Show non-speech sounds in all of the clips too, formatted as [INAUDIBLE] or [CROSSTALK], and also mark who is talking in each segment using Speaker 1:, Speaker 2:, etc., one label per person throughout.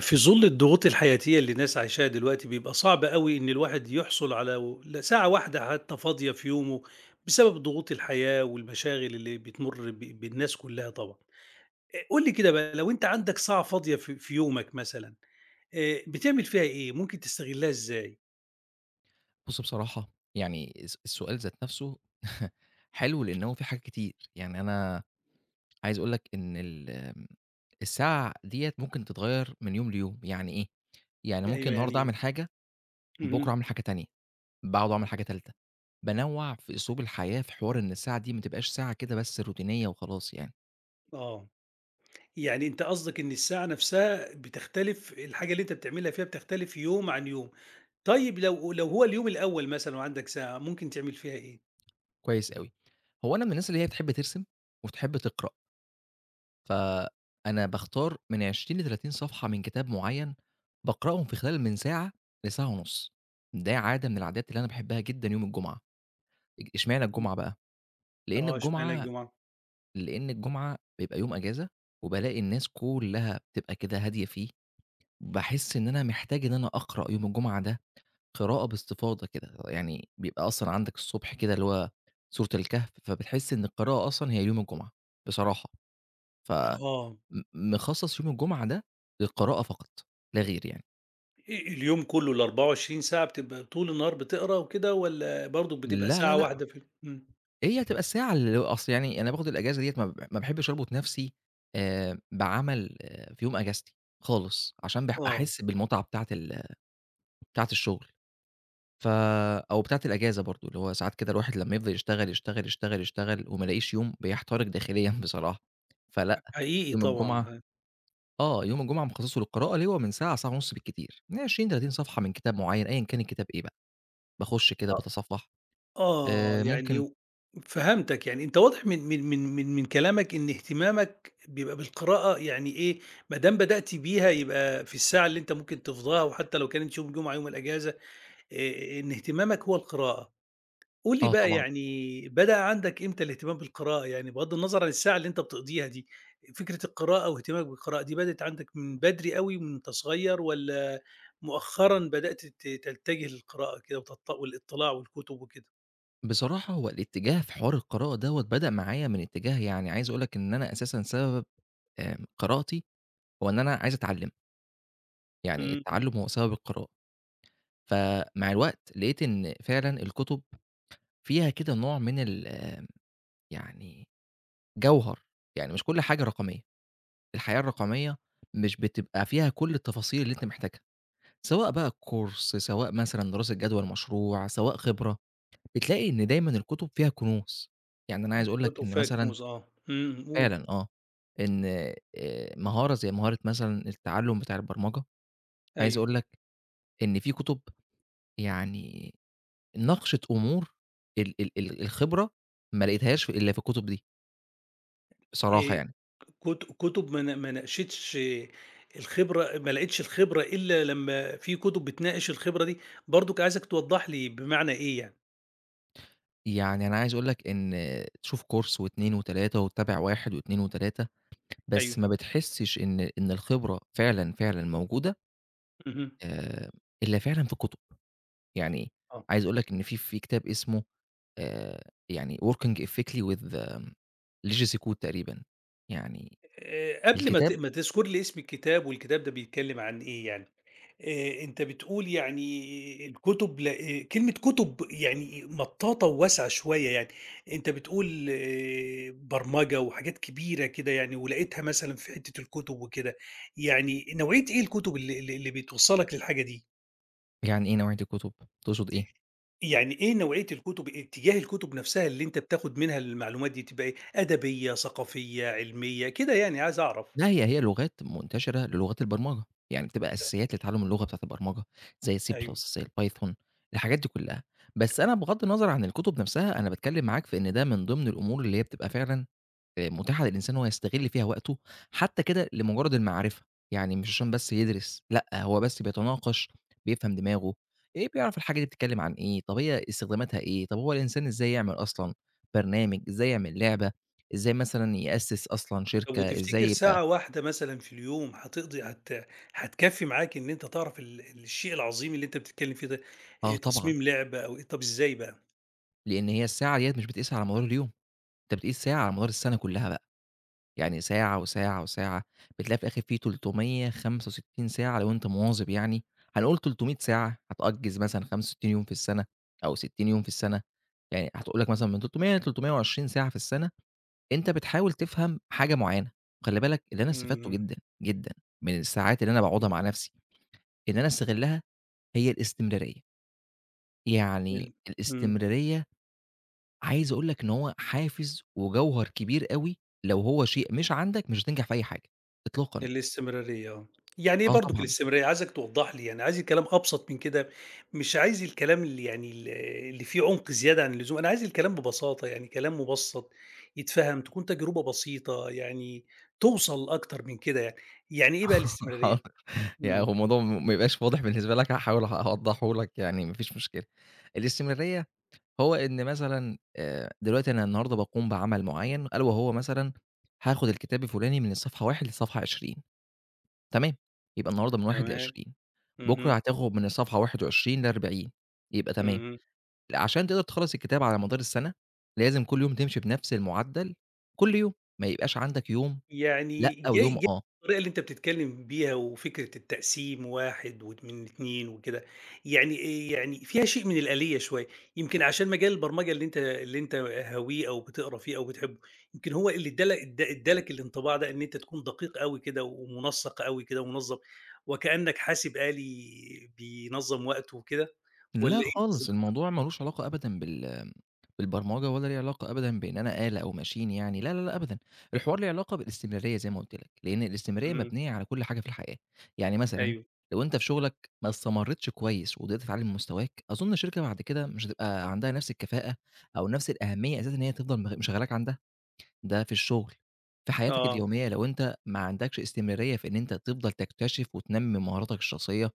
Speaker 1: في ظل الضغوط الحياتية اللي الناس عايشاها دلوقتي بيبقى صعب قوي إن الواحد يحصل على ساعة واحدة حتى فاضية في يومه بسبب ضغوط الحياة والمشاغل اللي بتمر بالناس كلها طبعا. إيه، قول لي كده بقى لو أنت عندك ساعة فاضية في يومك مثلا. إيه، بتعمل فيها إيه؟ ممكن تستغلها إزاي؟
Speaker 2: بُص، بصراحة يعني السؤال ذات نفسه [LAUGHS] حلو، لإن هو فيه حاجات كتير. يعني أنا عايز أقول لك إن ال آمم، الساعة ديّة ممكن تتغيّر من يوم ليوم، يعني إيه؟ يعني ممكن
Speaker 1: أيوه، يعني
Speaker 2: النهارده
Speaker 1: إيه؟
Speaker 2: أعمل حاجة، بُكرة
Speaker 1: مهم.
Speaker 2: أعمل حاجة تانية، بعده أعمل حاجة تالتة. بانوّع في أسلوب الحياة في حوار إن الساعة دي ما تبقاش ساعة كده بس روتينية وخلاص يعني.
Speaker 1: آه، يعني أنت قصدك إن الساعة نفسها بتختلف، الحاجة اللي أنت بتعملها فيها بتختلف يوم عن يوم. طيب لو هو اليوم الأول مثلا وعندك ساعة، ممكن تعمل فيها إيه؟
Speaker 2: كويس أوي. هو أنا من الناس اللي هي بتحب ترسم وتحب تقرأ. فأنا باختار من 20 ل30 صفحة من كتاب معيّن، باقرأهم في خلال من ساعة لساعة ونُص. ده عادة من العادات اللي أنا باحبها جدًا يوم الجمعة. إشمعنى الجمعة بقى؟ لإن
Speaker 1: آه، اشمعنى
Speaker 2: الجمعة
Speaker 1: الجمعة؟
Speaker 2: لإن الجمعة بيبقى يوم أجازة، وبالاقي الناس كلّها بتبقى كده هادية فيه. باحس إن أنا محتاج إن أنا أقرأ يوم الجمعة ده قراءة باستفاضة كده، يعني بيبقى أصلًا عندك الصبح كده اللي هو سورة الكهف، فبتحس إن القراءة أصلًا هي يوم الجمعة بصراحة. ف
Speaker 1: آه،
Speaker 2: م مخصّص يوم الجمعة ده للقراءة فقط، لا غير يعني.
Speaker 1: اليوم كلّه ال24 ساعة بتبقى طول النهار بتقرا وكده، والّا برضه بتبقى
Speaker 2: لا، لا،
Speaker 1: ساعة
Speaker 2: لأ،
Speaker 1: واحدة في ال إمم،
Speaker 2: هي هتبقى الساعة اللي أصل يعني أنا باخد الأجازة ديّة، ما باحبش أربط نَفْسي بعمل في يوم أجازتي خالص، عشان
Speaker 1: آه،
Speaker 2: أحس بالمتعة بتاعة بتاعة الشغل، ف أو بتاعة الأجازة برضه، اللي هو ساعات كده الواحد لمّا يفضل يشتغل، يشتغل، يشتغل، يشتغل وما يلاقيش يوم، بيحترق داخليًا [LAUGHS] بصراحة. فلأ،
Speaker 1: حقيقي
Speaker 2: يوم
Speaker 1: طبعًا.
Speaker 2: الجمعة
Speaker 1: ه
Speaker 2: آه، يوم الجمعة مخصّصه للقراءة اللي هو من ساعة، ساعة ونُص بالكتير، من 20، 30 صفحة من كتاب معيّن أيًا كان الكتاب إيه بقى. باخُش كده
Speaker 1: أ
Speaker 2: باتصفّح
Speaker 1: آه، يعني
Speaker 2: ممكن.
Speaker 1: و فهمتك، يعني أنت واضح من كلامك إن اهتمامك بيبقى بالقراءة يعني، إيه ما دام بدأت بيها يبقى في الساعة اللي أنت ممكن تفضاها وحتى لو كانت يوم الجمعة، يوم الأجازة، إن اهتمامك هو القراءة. قُل لي
Speaker 2: آه
Speaker 1: بقى،
Speaker 2: طبعًا.
Speaker 1: يعني بدأ عندك إمتى الاهتمام بالقراءة؟ يعني بغض النظر عن الساعة اللي أنت بتقضيها دي، فكرة القراءة واهتمامك بالقراءة دي بدأت عندك من بدري أوي من وأنت صغير، والّا مؤخرًا بدأت تتجه للقراءة كده والإطلاع والكتب وكده؟
Speaker 2: بصراحة هو الاتجاه في حوار القراءة دوّة بدأ معايا من اتجاه، يعني عايز أقول لك إن أنا أساسًا سبب قراءتي هو إن أنا عايز أتعلّم. يعني
Speaker 1: إمم. إمم.
Speaker 2: التعلُّم هو سبب القراءة. فمع الوقت لقيت إن فعلًا الكُتب فيها كده نوع من ال آه، يعني جَوهَر، يعني مش كل حاجة رقمية. الحياة الرقمية مش بتبقى فيها كل التفاصيل اللي أنت محتاجها، سواء بقى كورس، سواء مثلًا دراسة جدوى لمشروع، سواء خبرة. بتلاقي إن دايمًا الكتب فيها كنوز. يعني أنا عايز أقول لك
Speaker 1: كتب
Speaker 2: إن
Speaker 1: فيها
Speaker 2: مثلًا
Speaker 1: كنوز، آه، إمم، قُل.
Speaker 2: فعلًا آه، إن مهارة زي مهارة مثلًا التعلُّم بتاع البرمجة. عايز
Speaker 1: أيوه.
Speaker 2: أقول لك إن في كتب يعني ناقشت أمور ال ال ال الخبرة ما لقيتهاش إلا في الكتب دي بصراحة
Speaker 1: آآ
Speaker 2: يعني.
Speaker 1: كت كتب ما ناقشتش الخبرة، ما لقيتش الخبرة إلا لمّا في كتب بتناقش الخبرة دي، برضك عايزك توضح لي بمعنى إيه يعني؟
Speaker 2: يعني أنا عايز أقول لك إن تشوف كورس و2 و3 وتتابع 1 و2 و3، بس
Speaker 1: أيوه.
Speaker 2: ما بتحسّش إن الخبرة فعلًا، فعلًا موجودة
Speaker 1: اهم.
Speaker 2: آآ إلا فعلًا في الكتب. يعني
Speaker 1: آه.
Speaker 2: عايز أقول لك إن في كتاب اسمه آآ يعني working ethically with legacy code تقريبًا. يعني إمم.
Speaker 1: قبل
Speaker 2: الكتاب
Speaker 1: ما تذكُر لي اسم الكتاب والكتاب ده بيتكلّم عن إيه يعني، أنت بتقول يعني الكُتب ل كلمة كُتب يعني مطّاطة وواسعة شوية يعني، أنت بتقول برمجة وحاجات كبيرة كده يعني، ولقيتها مثلًا في حتّة الكُتب وكده، يعني نوعية إيه الكُتب اللي بتوصّلك للحاجة دي؟
Speaker 2: يعني إيه نوعية الكتب؟ تقصد إيه؟
Speaker 1: يعني إيه نوعية الكُتب، اتجاه الكُتب نَفْسها اللي أنت بتاخُد منها المعلومات دي، تبقى إيه، أدبية، ثقافية، علمية، كده؟ يعني عايز أعرف.
Speaker 2: لا، هي لغات منتشرة للغات البرمجة، يعني بتبقى أساسيات لتعلم اللغة بتاعة البرمجة زي C++،
Speaker 1: أيوه.
Speaker 2: زي الPython، الحاجات دي كلها. بس أنا بغض النظر عن الكتب نفسها، أنا باتكلم معاك في إن ده من ضمن الأمور اللي هي بتبقى فعلًا متاحة للإنسان إن هو يستغل فيها وقته، حتى كده لمجرد المعرفة. يعني مش عشان بس يدرس، لأ هو بس بيتناقش، بيفهم دماغه، إيه بيعرف الحاجة دي بتتكلم عن إيه، طب هي استخداماتها إيه، طب هو الإنسان إزاي يعمل أصلًا برنامج، إزاي يعمل لعبة، إزاي مثلًا يأسس أصلًا
Speaker 1: طب
Speaker 2: شركة،
Speaker 1: وتفتكر
Speaker 2: إزاي يبقى.
Speaker 1: ساعة واحدة مثلًا في اليوم هتقضي هتكفّي معاك إن أنت تعرف الشيء العظيم اللي أنت بتتكلم فيه ده،
Speaker 2: آه طبعًا.
Speaker 1: تصميم لعبة أو إيه؟ طب إزاي بقى؟
Speaker 2: لأن هي الساعة ديّة مش بتقيس على مدار اليوم، أنت بتقيس ساعة على مدار السنة كلها بقى. يعني ساعة، وساعة، وساعة، بتلاقي في الآخر في 365 ساعة لو أنت مواظب يعني. هنقول 300 ساعة هتأجّز مثلًا 65 يوم في السنة أو 60 يوم في السنة، يعني هتقول لك مثلًا من 300 ل320 ساعة في السنة أنت بتحاول تفهم حاجة معيّنة. وخلّي بالك اللي أنا استفدته
Speaker 1: إمم.
Speaker 2: جدًا، جدًا من الساعات اللي أنا باقعدها مع
Speaker 1: إمم.
Speaker 2: نفسي، إن أنا أستغلّها، هي الاستمرارية. يعني
Speaker 1: ال إمم،
Speaker 2: الاستمرارية عايز أقول لك إن هو حافز وجوهر كبير أوي. لو هو شيء مش عندك مش هتنجح في أي حاجة إطلاقًا.
Speaker 1: الاستمرارية، آه، يعني إيه
Speaker 2: آه
Speaker 1: برضك
Speaker 2: طبعًا.
Speaker 1: الاستمرارية؟ عايزك توضّح لي يعني، عايز الكلام أبسط من كده، مش عايز الكلام اللي يعني اللي فيه عمق زيادة عن اللزوم، أنا عايز الكلام ببساطة يعني، كلام مُبسّط يتفهم، تكون تجربة بسيطة يعني توصل أكتر من كده يعني، يعني إيه بقى
Speaker 2: [LAUGHS] حاضر.
Speaker 1: الاستمرارية؟
Speaker 2: يعني هو
Speaker 1: إمم.
Speaker 2: الموضوع ما يبقاش واضح بالنسبة لك، هاحاول أوضّحه لك يعني، ما فيش مشكلة. الاستمرارية هو إن مثلًا دلوقتي أنا النهارده باقوم بعمل معيّن ألا وهو مثلًا هاخُد الكتاب الفُلاني من الصفحة 1 للصفحة 20. تمام، يبقى النهارده من 1
Speaker 1: تمام.
Speaker 2: ل20، بُكرة
Speaker 1: اهم.
Speaker 2: هتاخُد من الصفحة 21 ل40 يبقى تمام.
Speaker 1: اهم.
Speaker 2: عشان تقدر تخلّص الكتاب على مدار السَنة، لازم كل يوم تمشي بنفس المُعدّل كل يوم، ما يبقاش عندك يوم
Speaker 1: يعني
Speaker 2: لأ
Speaker 1: جا
Speaker 2: ويوم
Speaker 1: جا
Speaker 2: آه.
Speaker 1: الطريقة اللي أنت بتتكلّم بيها وفكرة التقسيم، واحد من 2 وكده، يعني يعني فيها شيء من الآلية شوية، يمكن عشان مجال البرمجة اللي أنت هاويه أو بتقرا فيه أو بتحبه، يمكن هو اللي ادّى لك ادّى لك الانطباع ده إن أنت تكون دقيق أوي كده ومنسّق أوي كده ومنظّم، وكإنّك حاسب آلي بينظّم وقته وكده،
Speaker 2: لأ
Speaker 1: والّا إيه
Speaker 2: خالص،
Speaker 1: بالضبط؟
Speaker 2: الموضوع ما لوش علاقة أبدًا بالبرمجة، ولا ليه علاقة أبدًا بإن أنا آلة أو machine يعني. لا، لا، لأ أبدًا. الحوار ليه علاقة بالاستمرارية زي ما قُلت لك، لإن الاستمرارية
Speaker 1: إمم.
Speaker 2: مبنية على كل حاجة في الحياة. يعني مثلًا
Speaker 1: أيوه.
Speaker 2: لو أنت في شغلك ما استمرتش كويس وقدرت تعلّي من مستواك، أظن الشركة بعد كده مش هتبقى عندها نفس الكفاءة أو نفس الأهمية أساسًا إن هي تفضل مشغّلاك عندها. ده في الشغل. في حياتك
Speaker 1: آه.
Speaker 2: اليومية لو أنت ما عندكش استمرارية في إن أنت تفضل تكتشف وتنمّي مهاراتك الشخصية،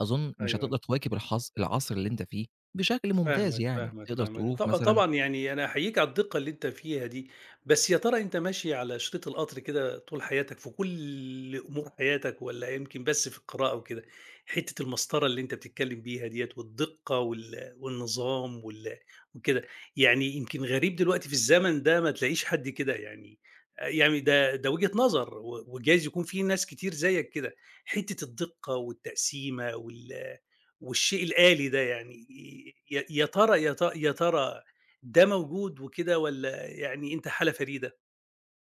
Speaker 2: أظن مش
Speaker 1: أيوه.
Speaker 2: هتقدر تواكب العصر اللي أنت فيه بشكل ممتاز
Speaker 1: فاهمك،
Speaker 2: يعني،
Speaker 1: فاهمك،
Speaker 2: تقدر
Speaker 1: فاهمك.
Speaker 2: تروف مثلًا.
Speaker 1: طبعًا يعني أنا أحييك على الدقة اللي أنت فيها دي، بس يا ترى أنت ماشي على شريط القطر كده طول حياتك في كل أمور حياتك، والّا يمكن بس في القراءة وكده؟ حتة المسطرة اللي أنت بتتكلم بيها ديّة، والدقة والنظام وكده، يعني يمكن غريب دلوقتي في الزمن ده ما تلاقيش حد كده يعني، ده وجهة نظر وجايز يكون في ناس كتير زيك كده، حتة الدقة والتقسيمة والشيء الآلي ده يعني، ي ي يا ترى يا ت يا ترى ده موجود وكده والّا يعني أنت حالة فريدة،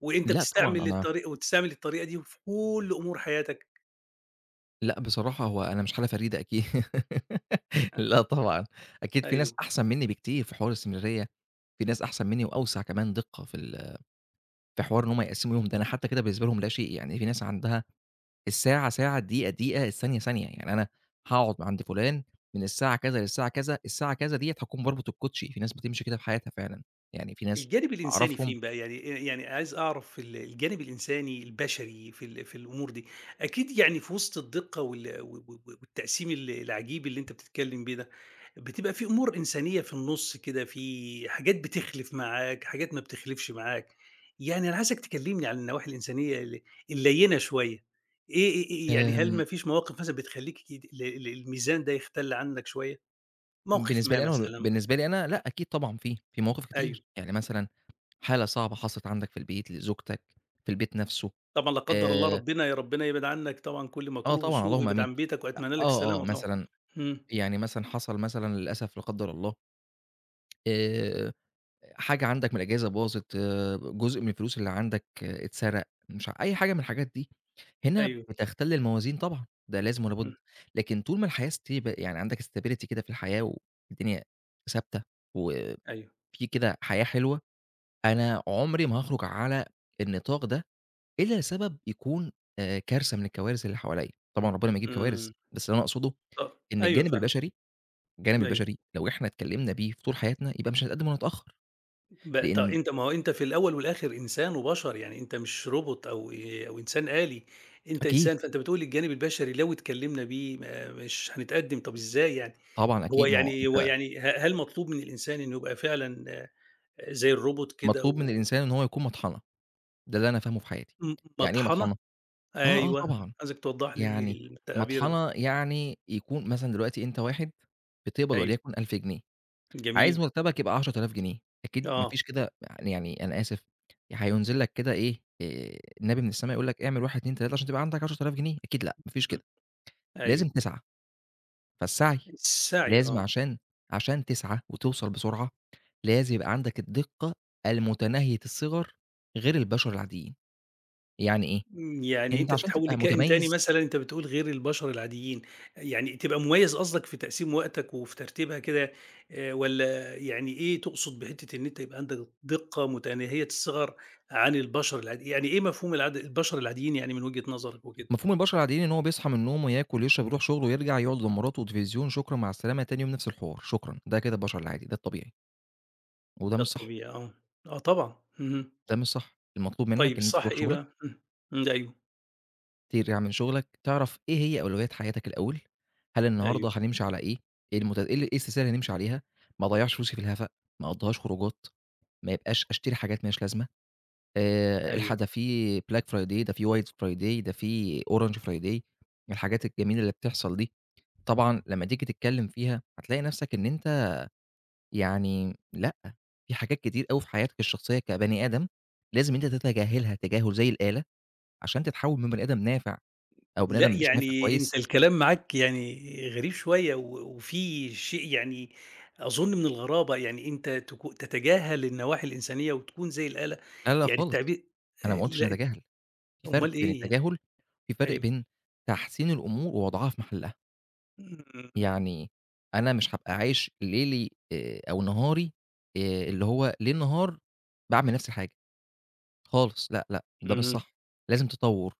Speaker 1: وأنت
Speaker 2: لأ طبعًا،
Speaker 1: بتستعمل
Speaker 2: أنا
Speaker 1: الطريقة دي في كل أمور حياتك؟
Speaker 2: لأ بصراحة هو أنا مش حالة فريدة أكيد. [LAUGHS] لأ طبعًا. أكيد في ناس
Speaker 1: أيوه.
Speaker 2: أحسن منّي بكتير في حوار الاستمرارية، في ناس أحسن منّي وأوسع كمان دِقّة في في حوار إن هُم يقسّموا يومهم. ده أنا حتى كده بالنسبة لهم لا شيء. يعني في ناس عندها الساعة ساعة، الدقيقة دقيقة، الثانية ثانية، يعني أنا هاقعد عند فلان من الساعة كذا للساعة كذا، الساعة كذا ديّة هاكون باربط الكوتشي. في ناس بتمشي كده في حياتها فعلًا. يعني في ناس
Speaker 1: الجانب الإنساني
Speaker 2: أعرفهم.
Speaker 1: فين بقى؟ يعني عايز أعرف الجانب الإنساني البشري في في الأمور دي، أكيد يعني في وسط الدقة وال و و والتقسيم العجيب اللي أنت بتتكلم بيه ده، بتبقى في أمور إنسانية في النُص كده، في حاجات بتخلِف معاك، حاجات ما بتخلِفش معاك، يعني أنا عايزك تكلمني عن النواحي الإنسانية الليّنة شوية، إيه يعني، هل
Speaker 2: آمم،
Speaker 1: ما فيش مواقف مثلًا بتخلّيك ال ال الميزان ده يختل عنك شوية؟ موقف
Speaker 2: بالنسبة
Speaker 1: ما
Speaker 2: لي أنا
Speaker 1: مثلًا؟
Speaker 2: بالنسبة لي أنا لأ، أكيد طبعًا في مواقف
Speaker 1: أيوه.
Speaker 2: كتير. يعني مثلًا حالة صعبة حصلت عندك في البيت لزوجتك، في البيت نفسه.
Speaker 1: طبعًا لا قدّر الله،
Speaker 2: آآ
Speaker 1: ربنا يا ربنا يبعد عنّك طبعًا كل
Speaker 2: آه
Speaker 1: مكروه
Speaker 2: طبعًا،
Speaker 1: وسوء،
Speaker 2: اللهم
Speaker 1: ويبعد
Speaker 2: آمين.
Speaker 1: عن بيتك، وأتمنى لك
Speaker 2: آه، آه،
Speaker 1: السلامة طبعًا.
Speaker 2: مثلًا،
Speaker 1: إمم.
Speaker 2: يعني مثلًا حصل مثلًا للأسف، لا قدر الله، آآ حاجة عندك من الأجهزة باظت، آه، جزء من الفلوس اللي عندك آه، اتسرق، مش أي حاجة من الحاجات دي. هنا
Speaker 1: أيوه.
Speaker 2: بتختل الموازين طبعًا، ده لازم ولا بُد.
Speaker 1: إمم.
Speaker 2: لكن طول ما الحياة ستيب يعني عندك stability كده في الحياة والدنيا ثابتة وفي
Speaker 1: أيوه.
Speaker 2: كده حياة حلوة، أنا عمري ما هاخرج على النطاق ده إلا لسبب يكون كارثة من الكوارث اللي حواليّا. طبعًا ربنا ما يجيب كوارث.
Speaker 1: إمم.
Speaker 2: بس اللي أنا أقصده إن
Speaker 1: أيوه
Speaker 2: الجانب
Speaker 1: فاهمك،
Speaker 2: البشري، الجانب
Speaker 1: أيوه.
Speaker 2: البشري لو إحنا اتكلمنا بيه في طول حياتنا يبقى مش هنتقدم ولا نتأخر،
Speaker 1: ب ط
Speaker 2: لإن
Speaker 1: أنت، ما هو أنت في الأول والآخر إنسان وبشر، يعني آنت مش روبوت أو إنسان آلي، أنت
Speaker 2: أكيد.
Speaker 1: إنسان، فأنت بتقول الجانب البشري لو اتكلّمنا بيه ما مش هنتقدّم، طب إزاي يعني؟
Speaker 2: طبعًا
Speaker 1: هو
Speaker 2: أكيد. ما هو
Speaker 1: يعني هو
Speaker 2: أنت
Speaker 1: يعني ه هل مطلوب من الإنسان إنه يبقى فعلًا آه، زي الروبوت كده
Speaker 2: مطلوب من
Speaker 1: و
Speaker 2: الإنسان إن هو يكون مطحنة، ده اللي أنا فاهمه في حياتي.
Speaker 1: م
Speaker 2: يعني إيه
Speaker 1: مطحنة؟
Speaker 2: مطحنة؟ آه، آه
Speaker 1: أيوه،
Speaker 2: طبعًا.
Speaker 1: عايزك توضّح لي
Speaker 2: يعني
Speaker 1: التعبير ده،
Speaker 2: مطحنة يعني يكون مثلًا دلوقتي أنت واحد بتقبض
Speaker 1: أيوه،
Speaker 2: وليكن 1000 جنيه، عايز
Speaker 1: جميل،
Speaker 2: مرتبك يبقى 10,000 جنيه. أكيد ما
Speaker 1: آه،
Speaker 2: فيش كده يعني، يعني أنا آسف، هينزل لك كده إيه، النبي من السماء يقول لك اعمل 1، 2، 3 عشان تبقى عندك 10,000 جنيه؟ أكيد لأ، ما فيش
Speaker 1: اهم،
Speaker 2: كده. لازم
Speaker 1: أيوه،
Speaker 2: تسعى. فالسعي
Speaker 1: السعي،
Speaker 2: لازم،
Speaker 1: آه.
Speaker 2: عشان تسعى وتوصل بسرعة، لازم يبقى عندك الدقة المتناهية الصِغَر غير البشر العاديين. يعني إيه؟
Speaker 1: يعني
Speaker 2: أنت
Speaker 1: أنت
Speaker 2: عشان
Speaker 1: تتحوّل
Speaker 2: تبقى
Speaker 1: لكائن تاني
Speaker 2: متميّز.
Speaker 1: مثلًا؟ أنت بتقول غير البشر العاديين، يعني تبقى مميّز قصدك في تقسيم وقتك وفي ترتيبها كده، والّا يعني إيه تقصد بحتّة إن أنت يبقى عندك دقة متناهية الصغر عن البشر العادي؟ يعني إيه مفهوم البشر العاديين يعني من وجهة نظرك وكده؟
Speaker 2: مفهوم البشر العاديين إن هو بيصحى من نومه، ياكل، يشرب، يروح شغله، ويرجع يقعد قدام مراته وتلفزيون، شكرًا مع السلامة، تاني يوم نفس الحوار، شكرًا. ده كده البشر العادي، ده الطبيعي، وده
Speaker 1: ده
Speaker 2: مش صح.
Speaker 1: الطبيعي، آه، آه طبعًا، اهم.
Speaker 2: ده مش صح. المطلوب
Speaker 1: طيب
Speaker 2: منّك إن أنت
Speaker 1: الصح
Speaker 2: تروح
Speaker 1: إيه
Speaker 2: شغلك،
Speaker 1: بقى؟ إمم. إمم. أيوه.
Speaker 2: ترجع من شغلك، تعرف إيه هي أولويات حياتك الأول. هل
Speaker 1: أيوه.
Speaker 2: النهارده هنمشي على إيه؟ إيه المت إيه ال إيه السلسلة اللي هنمشي عليها، ما أضيّعش فلوسي في الهَفَا، ما أقضّيهاش خروجات، ما يبقاش أشتري حاجات ما لهاش لازمة. الحق
Speaker 1: أيوه.
Speaker 2: ده في Black Friday، ده في White Friday، ده في Orange Friday، الحاجات الجميلة اللي بتحصل دي. طبعًا لمّا تيجي تتكلم فيها هتلاقي نفسك إن أنت يعني لأ. في حاجات كتير أوي في حياتك الشخصية كبني آدم لازم أنت تتجاهلها تجاهل زي الآلة، عشان تتحول من بني آدم نافع أو بني آدم
Speaker 1: لأ،
Speaker 2: مش نافع
Speaker 1: يعني
Speaker 2: كويس.
Speaker 1: أنت الكلام معاك يعني غريب شوية وفيه شيء يعني، أظُن من الغرابة، يعني أنت تتجاهل النواحي الإنسانية وتكون زي الآلة،
Speaker 2: لا، لا
Speaker 1: يعني
Speaker 2: خالص،
Speaker 1: التعبير
Speaker 2: أنا ما قُلتش
Speaker 1: لأ،
Speaker 2: نتجاهل، في فرق
Speaker 1: أُمّال
Speaker 2: بين
Speaker 1: إيه يعني،
Speaker 2: التجاهل، في فرق
Speaker 1: أيوه،
Speaker 2: بين تحسين الأمور ووضعها في محلها.
Speaker 1: إمم،
Speaker 2: يعني أنا مش هابقى عايش ليلي أو نهاري اللي هو ليل نهار باعمل نفس الحاجة، خالص لأ، لأ، ده مش
Speaker 1: اهم،
Speaker 2: صح. لازم تطوّر.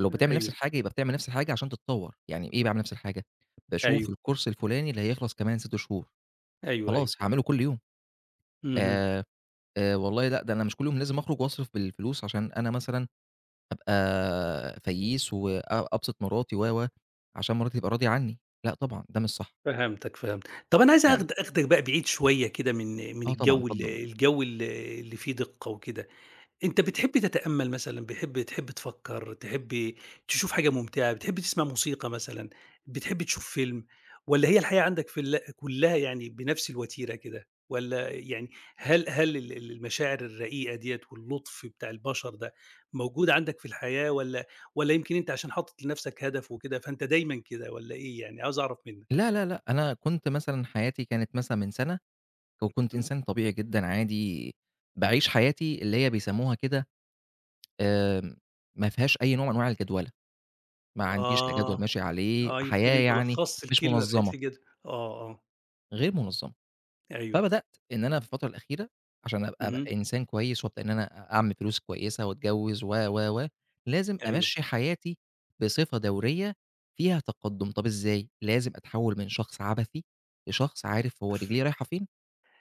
Speaker 2: ولو بتعمل نفس
Speaker 1: أيوه،
Speaker 2: الحاجة يبقى بتعمل نفس الحاجة عشان تتطوّر. يعني إيه باعمل نفس الحاجة؟ باشوف
Speaker 1: أيوه،
Speaker 2: الكورس الفلاني اللي هيخلص كمان 6 شهور،
Speaker 1: أيوه، أيوه،
Speaker 2: خلاص هاعمله كل يوم.
Speaker 1: اهم.
Speaker 2: آآ، والله لأ، ده أنا مش كل يوم لازم أخرج وأصرف بالفلوس عشان أنا مثلًا أبقى فييس أبسط مراتي و، و، عشان مراتي تبقى راضية عني، لأ طبعًا، ده مش صح.
Speaker 1: فهمتك، فهمتك. طَب أنا عايز
Speaker 2: يعني
Speaker 1: آخدك بقى بعيد شوية كده من
Speaker 2: آه طبعًا،
Speaker 1: الجَو ال
Speaker 2: اتفضل.
Speaker 1: الجَو ال اللي فيه دِقّة وكده. أنت بتحب تتأمّل مثلًا، تحب تفكّر، تحب تشوف حاجة ممتعة، بتحب تسمع موسيقى مثلًا، بتحب تشوف فيلم، والّا هي الحياة عندك في ال كلّها يعني بنفس الوتيرة كده؟ والّا يعني هل ال ال المشاعر الرقيقة ديّة واللطف بتاع البشر ده موجود عندك في الحياة، والّا يمكن أنت عشان حاطط لنفسك هدف وكده فأنت دايمًا كده، والّا إيه يعني؟ عاوز أعرف منّك.
Speaker 2: لا، لا، لأ، أنا كنت مثلًا حياتي كانت مثلًا من سَنة، وكنت
Speaker 1: إمم.
Speaker 2: إنسان طبيعي جدًا عادي، باعيش حياتي اللي هي بيسموها كده آمم، ما فيهاش أي نوع من أنواع الجدولة، ما عنديش لا جدول
Speaker 1: آه،
Speaker 2: ماشي عليه،
Speaker 1: آه، يمكن
Speaker 2: حياة
Speaker 1: أنت
Speaker 2: يعني
Speaker 1: لخّصت
Speaker 2: مش
Speaker 1: الكلمة في
Speaker 2: منظمة،
Speaker 1: حتّة كده، آه، آه،
Speaker 2: غير منظمة.
Speaker 1: أيوه.
Speaker 2: فبدأت إن أنا في الفترة الأخيرة عشان أبقى
Speaker 1: اهم،
Speaker 2: إنسان كويس وأبدأ إن أنا أعمل فلوس كويسة وأتجوّز و، و، و، لازم
Speaker 1: أيوه.
Speaker 2: أمشّي حياتي بصفة دورية فيها تقدُّم. طَب إزاي؟ لازم أتحوّل من شخص عبثي لشخص عارف هو رجليه رايحة فين،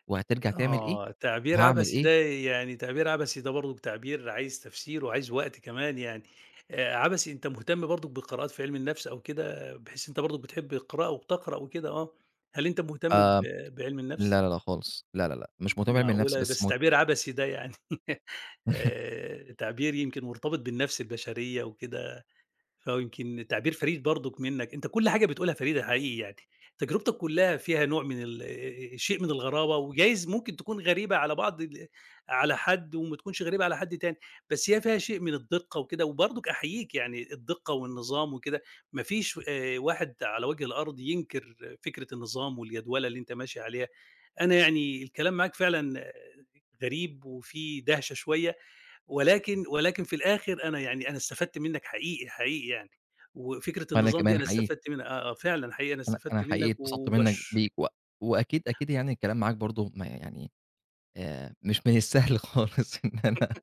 Speaker 2: وهترجع تعمل إيه،
Speaker 1: آه،
Speaker 2: وهاعمل إيه.
Speaker 1: تعبير عبثي ده برضُك، تعبير عايز تفسير وعايز وقت كمان يعني، عبثي، أنت مهتم برضُك بالقراءات في علم النفس أو كده، بحيث أنت برضُك بتحب القراءة وبتقرأ وكده، آه، هل أنت مهتم
Speaker 2: آآ
Speaker 1: بعلم النفس؟
Speaker 2: لا، لا، لا خالص، لا، لا، لأ، مش متابع من نفسي
Speaker 1: معقولة!
Speaker 2: بس
Speaker 1: بس تعبير عبثي ده يعني [LAUGHS]
Speaker 2: [LAUGHS]
Speaker 1: تعبير يمكن مرتبط بالنفس البشرية وكده. آه، يمكن تعبير فريد برضُك منّك، أنت كل حاجة بتقولها فريدة حقيقي يعني، تجربتك كلّها فيها نوع من ال شيء من الغرابة، وجايز ممكن تكون غريبة على بعض ال على حد وما تكونش غريبة على حد تاني، بس هي فيها شيء من الدِّقة وكده، وبرضُك أحييك يعني الدِّقة والنظام وكده، ما فيش واحد على وجه الأرض ينكر فكرة النظام والجدولة اللي أنت ماشي عليها، أنا يعني الكلام معاك فعلًا آه، غريب وفيه دهشة شوية. ولكن في الآخر أنا يعني أنا استفدت منّك حقيقي، حقيقي يعني، وفكرة
Speaker 2: وأنا
Speaker 1: النظام دي
Speaker 2: كمان
Speaker 1: أنا
Speaker 2: حقيقي،
Speaker 1: استفدت منها، آه، آه، فعلًا حقيقي أنا
Speaker 2: أنا
Speaker 1: استفدت
Speaker 2: حقيقي
Speaker 1: منّك
Speaker 2: اتبسطت منك
Speaker 1: وباشكرك
Speaker 2: بيك وأكيد، أكيد يعني الكلام معاك برضه ما يعني مش من السهل [LAUGHS] خالص إن أنا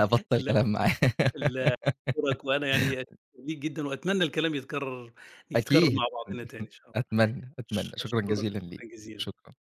Speaker 2: أبطّل كلام معاه
Speaker 1: لدورك.
Speaker 2: [LAUGHS]
Speaker 1: [LAUGHS] وأنا يعني أشكرك ليك جدًا، وأتمنى الكلام يتكرر
Speaker 2: أكيد،
Speaker 1: مع بعضنا تاني إن شاء الله.
Speaker 2: أتمنى، أتمنى، شكرًا
Speaker 1: أشكرك
Speaker 2: جزيلًا ليك،
Speaker 1: شكرًا جزيلًا.
Speaker 2: شكرًا.